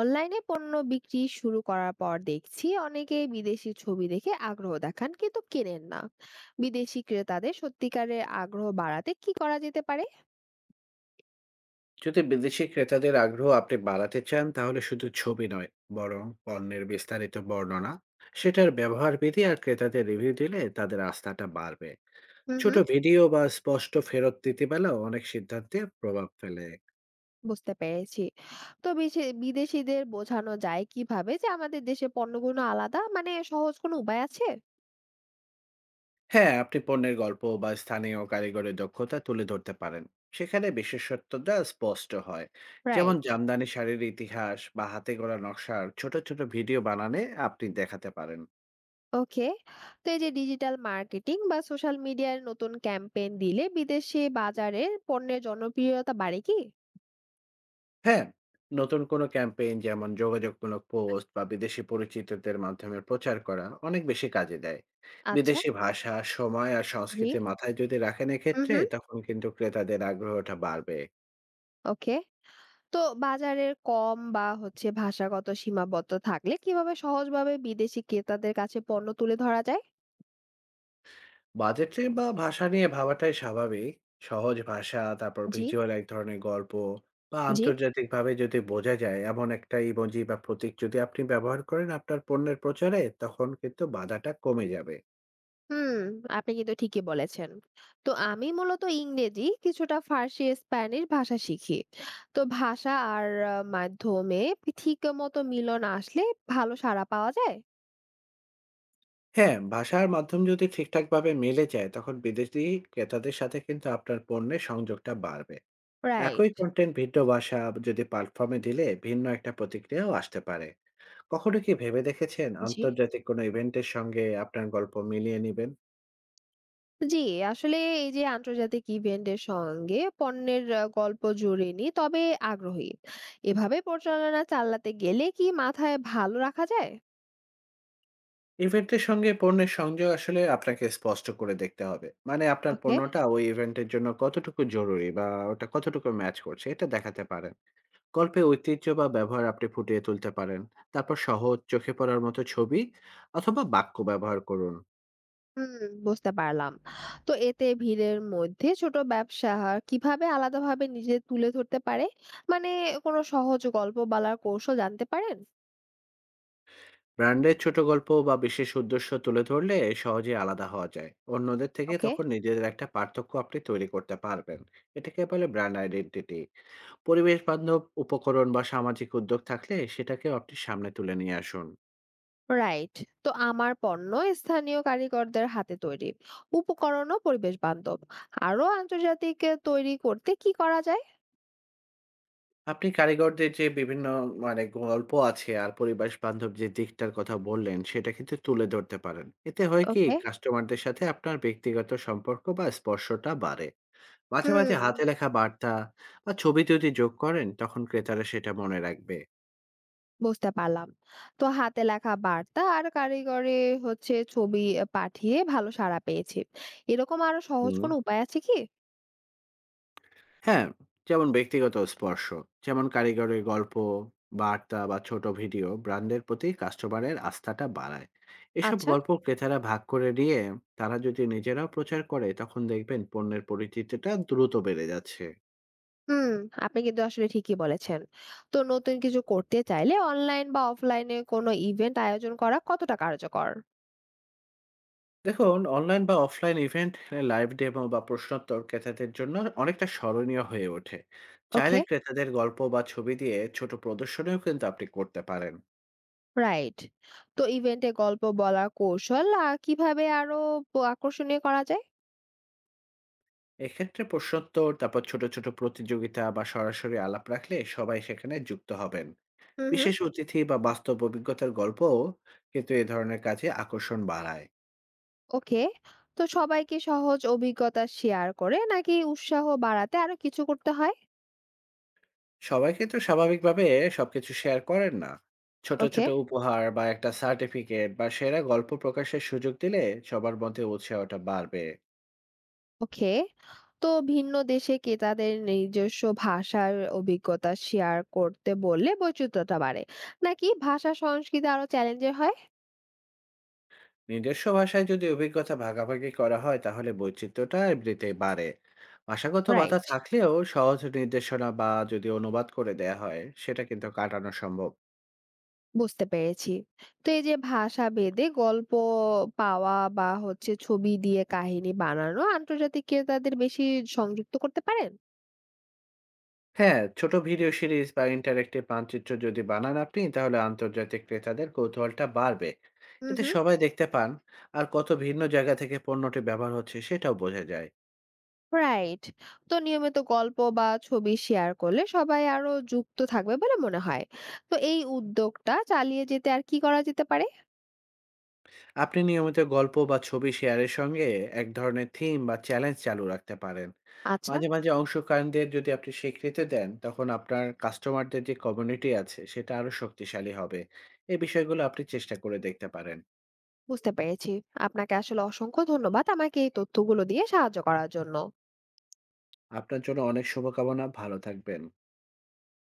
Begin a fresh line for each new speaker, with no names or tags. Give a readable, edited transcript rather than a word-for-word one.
অনলাইনে পণ্য বিক্রি শুরু করার পর দেখছি অনেকে বিদেশি ছবি দেখে আগ্রহ দেখান কিন্তু কেনেন না। বিদেশি ক্রেতাদের সত্যিকারের আগ্রহ বাড়াতে কি করা যেতে পারে?
যদি বিদেশি ক্রেতাদের আগ্রহ আপনি বাড়াতে চান, তাহলে শুধু ছবি নয়, বরং পণ্যের বিস্তারিত বর্ণনা, সেটার ব্যবহারবিধি আর ক্রেতাদের রিভিউ দিলে তাদের আস্থাটা বাড়বে।
হুম
ছোট
হুম।
জি ভিডিও বা স্পষ্ট ফেরত নীতিমালা অনেক সিদ্ধান্তে প্রভাব ফেলে।
বুঝতে পেরেছি। তো বিদেশিদের বোঝানো যায় কিভাবে যে আমাদের দেশে পণ্যগুলো আলাদা, মানে সহজ কোনো উপায় আছে?
হ্যাঁ, আপনি পণ্যের গল্প বা স্থানীয় কারিগরের দক্ষতা তুলে ধরতে পারেন, সেখানে বিশেষত্বটা স্পষ্ট হয়। যেমন
রাইট।
জামদানি শাড়ির ইতিহাস বা হাতে গড়া নকশার ছোট ছোট ভিডিও বানানে আপনি দেখাতে পারেন।
ওকে। তো এই যে ডিজিটাল মার্কেটিং বা সোশ্যাল মিডিয়ার নতুন ক্যাম্পেইন দিলে বিদেশে বাজারে পণ্যের জনপ্রিয়তা বাড়ে কি?
হ্যাঁ, নতুন কোনো ক্যাম্পেইন যেমন যোগাযোগমূলক পোস্ট বা বিদেশি পরিচিতদের মাধ্যমে প্রচার করা অনেক বেশি কাজে দেয়।
আচ্ছা।
বিদেশি ভাষা, সময় আর
জি।
সংস্কৃতি মাথায় যদি রাখেন
হুম
এক্ষেত্রে,
হুম।
তখন কিন্তু ক্রেতাদের আগ্রহটা বাড়বে।
ওকে। তো বাজারের কম বা হচ্ছে ভাষাগত সীমাবদ্ধ থাকলে কিভাবে সহজভাবে বিদেশি ক্রেতাদের কাছে পণ্য তুলে ধরা যায়?
বাজেট বা ভাষা নিয়ে ভাবাটাই স্বাভাবিক। সহজ ভাষা, তারপর
জি।
ভিজুয়াল এক ধরনের গল্প বা
জি।
আন্তর্জাতিকভাবে যদি বোঝা যায় এমন একটা ইমোজি বা প্রতীক যদি আপনি ব্যবহার করেন আপনার পণ্যের প্রচারে, তখন কিন্তু বাধাটা কমে যাবে।
হুম। আপনি কিন্তু ঠিকই বলেছেন। তো আমি মূলত ইংরেজি, কিছুটা ফার্সি, স্প্যানিশ ভাষা শিখি। তো ভাষা আর মাধ্যমে ঠিক মতো মিলন আসলে ভালো সাড়া পাওয়া যায়।
হ্যাঁ, ভাষার মাধ্যম যদি ঠিকঠাকভাবে মিলে যায়, তখন বিদেশী ক্রেতাদের সাথে কিন্তু আপনার পণ্যের সংযোগটা বাড়বে। একই
রাইট।
কনটেন্ট ভিন্ন ভাষা যদি প্ল্যাটফর্মে দিলে ভিন্ন একটা প্রতিক্রিয়াও আসতে পারে। কখনো কি ভেবে দেখেছেন
জি।
আন্তর্জাতিক কোনো ইভেন্টের সঙ্গে আপনার গল্প মিলিয়ে নিবেন?
জি, আসলে এই যে আন্তর্জাতিক ইভেন্টের সঙ্গে পণ্যের গল্প জুড়ে নিই, তবে আগ্রহী। এভাবে পরিচালনা চালাতে গেলে কি মাথায় ভালো রাখা যায়?
ইভেন্টের সঙ্গে পণ্যের সংযোগ আসলে আপনাকে স্পষ্ট করে দেখতে হবে। মানে আপনার
ওকে।
পণ্যটা ওই ইভেন্টের জন্য কতটুকু জরুরি বা ওটা কতটুকু ম্যাচ করছে, এটা দেখাতে পারেন। গল্পে ঐতিহ্য বা ব্যবহার আপনি ফুটিয়ে তুলতে পারেন, তারপর সহজ চোখে পড়ার মতো ছবি অথবা বাক্য ব্যবহার করুন।
বুঝতে পারলাম। তো এতে ভিড়ের মধ্যে ছোট ব্যবসা কিভাবে আলাদাভাবে নিজে তুলে ধরতে পারে? মানে কোনো সহজ গল্প বলার কৌশল জানতে পারেন?
ব্র্যান্ডের ছোট গল্প বা বিশেষ উদ্দেশ্য তুলে ধরলে সহজে আলাদা হওয়া যায়। অন্যদের থেকে
ওকে।
তখন নিজেদের একটা পার্থক্য আপনি তৈরি করতে পারবেন। এটাকে বলে ব্র্যান্ড আইডেন্টিটি। পরিবেশ বান্ধব উপকরণ বা সামাজিক উদ্যোগ থাকলে সেটাকেও আপনি সামনে তুলে নিয়ে আসুন।
রাইট। তো আমার পণ্য স্থানীয় কারিগরদের হাতে তৈরি, উপকরণও পরিবেশ বান্ধব। আরো আন্তর্জাতিক তৈরি করতে কি করা যায়?
আপনি কারিগরদের যে বিভিন্ন মানে গল্প আছে আর পরিবেশ বান্ধব যে দিকটার কথা বললেন, সেটা কিন্তু তুলে ধরতে পারেন। এতে হয় কি,
ওকে।
কাস্টমারদের সাথে আপনার ব্যক্তিগত সম্পর্ক বা স্পর্শটা বাড়ে। মাঝে, মাঝে
হুম
হাতে লেখা বার্তা বা ছবি যদি যোগ করেন, তখন ক্রেতারা সেটা মনে রাখবে।
বুঝতে পারলাম। তো হাতে লেখা বার্তা আর কারিগরে হচ্ছে ছবি পাঠিয়ে ভালো সাড়া পেয়েছি। এরকম আরো সহজ
হুম।
কোনো উপায় আছে কি?
হ্যাঁ, যেমন ব্যক্তিগত স্পর্শ। যেমন কারিগরের গল্প, বার্তা বা ছোট ভিডিও ব্র্যান্ডের প্রতি কাস্টমারের আস্থাটা বাড়ায়। এসব
আচ্ছা।
গল্প ক্রেতারা ভাগ করে নিয়ে তারা যদি নিজেরাও প্রচার করে, তখন দেখবেন পণ্যের পরিচিতিটা দ্রুত বেড়ে যাচ্ছে।
হুম, আপনি কিন্তু আসলে ঠিকই বলেছেন। তো নতুন কিছু করতে চাইলে অনলাইন বা অফলাইনে কোনো ইভেন্ট আয়োজন করা কতটা কার্যকর?
দেখুন, অনলাইন বা অফলাইন ইভেন্ট, লাইভ ডেমো বা প্রশ্নোত্তর ক্রেতাদের জন্য অনেকটা স্মরণীয় হয়ে ওঠে।
ওকে।
চাইলে ক্রেতাদের গল্প বা ছবি দিয়ে ছোট প্রদর্শনীও কিন্তু আপনি করতে পারেন।
রাইট। তো ইভেন্টে গল্প বলার কৌশল কিভাবে আরো আকর্ষণীয় করা যায়?
এক্ষেত্রে প্রশ্নোত্তর, তারপর ছোট ছোট প্রতিযোগিতা বা সরাসরি আলাপ রাখলে সবাই সেখানে যুক্ত হবেন।
হুম, হুম।
বিশেষ অতিথি বা বাস্তব অভিজ্ঞতার গল্পও কিন্তু এ ধরনের কাজে আকর্ষণ বাড়ায়।
ওকে। তো সবাইকে সহজ অভিজ্ঞতা শেয়ার করে নাকি উৎসাহ বাড়াতে আরো কিছু করতে হয়?
সবাইকে তো স্বাভাবিকভাবে সবকিছু শেয়ার করেন না। ছোট
ওকে।
ছোট উপহার বা একটা সার্টিফিকেট বা সেরা গল্প প্রকাশের সুযোগ দিলে সবার মধ্যে উৎসাহটা বাড়বে।
ওকে। তো ভিন্ন দেশে ক্রেতাদের নিজস্ব ভাষার অভিজ্ঞতা শেয়ার করতে বললে বৈচিত্র্যটা বাড়ে, নাকি ভাষা সংস্কৃতি আরো চ্যালেঞ্জের হয়?
নিজস্ব ভাষায় যদি অভিজ্ঞতা ভাগাভাগি করা হয়, তাহলে বৈচিত্র্যটা এমনিতেই বাড়ে। ভাষাগত বাধা
রাইট।
থাকলেও সহজ নির্দেশনা বা যদি অনুবাদ করে দেয়া হয়, সেটা কিন্তু কাটানো সম্ভব।
বুঝতে পেরেছি। তো এই যে ভাষা ভেদে গল্প পাওয়া বা হচ্ছে ছবি দিয়ে কাহিনী বানানো আন্তর্জাতিক ক্রেতাদের বেশি সংযুক্ত করতে পারেন?
হ্যাঁ, ছোট ভিডিও সিরিজ বা ইন্টারেক্টিভ মানচিত্র যদি বানান আপনি, তাহলে আন্তর্জাতিক ক্রেতাদের কৌতূহলটা বাড়বে।
হুম
এতে
হুম।
সবাই দেখতে পান আর কত ভিন্ন জায়গা থেকে পণ্যটি ব্যবহার হচ্ছে সেটাও বোঝা যায়।
রাইট। তো নিয়মিত গল্প বা ছবি শেয়ার করলে সবাই আরো যুক্ত থাকবে বলে মনে হয়। তো এই উদ্যোগটা চালিয়ে যেতে আর কি করা যেতে পারে?
আপনি নিয়মিত গল্প বা ছবি শেয়ারের সঙ্গে এক ধরনের থিম বা চ্যালেঞ্জ চালু রাখতে পারেন।
আচ্ছা,
মাঝে মাঝে অংশগ্রহণকারীদের যদি আপনি স্বীকৃতি দেন, তখন আপনার কাস্টমারদের যে কমিউনিটি আছে সেটা আরো শক্তিশালী হবে। এই বিষয়গুলো আপনি চেষ্টা করে দেখতে পারেন।
বুঝতে পেরেছি। আপনাকে আসলে অসংখ্য ধন্যবাদ আমাকে এই তথ্যগুলো দিয়ে সাহায্য করার জন্য।
আপনার জন্য অনেক শুভকামনা, ভালো থাকবেন।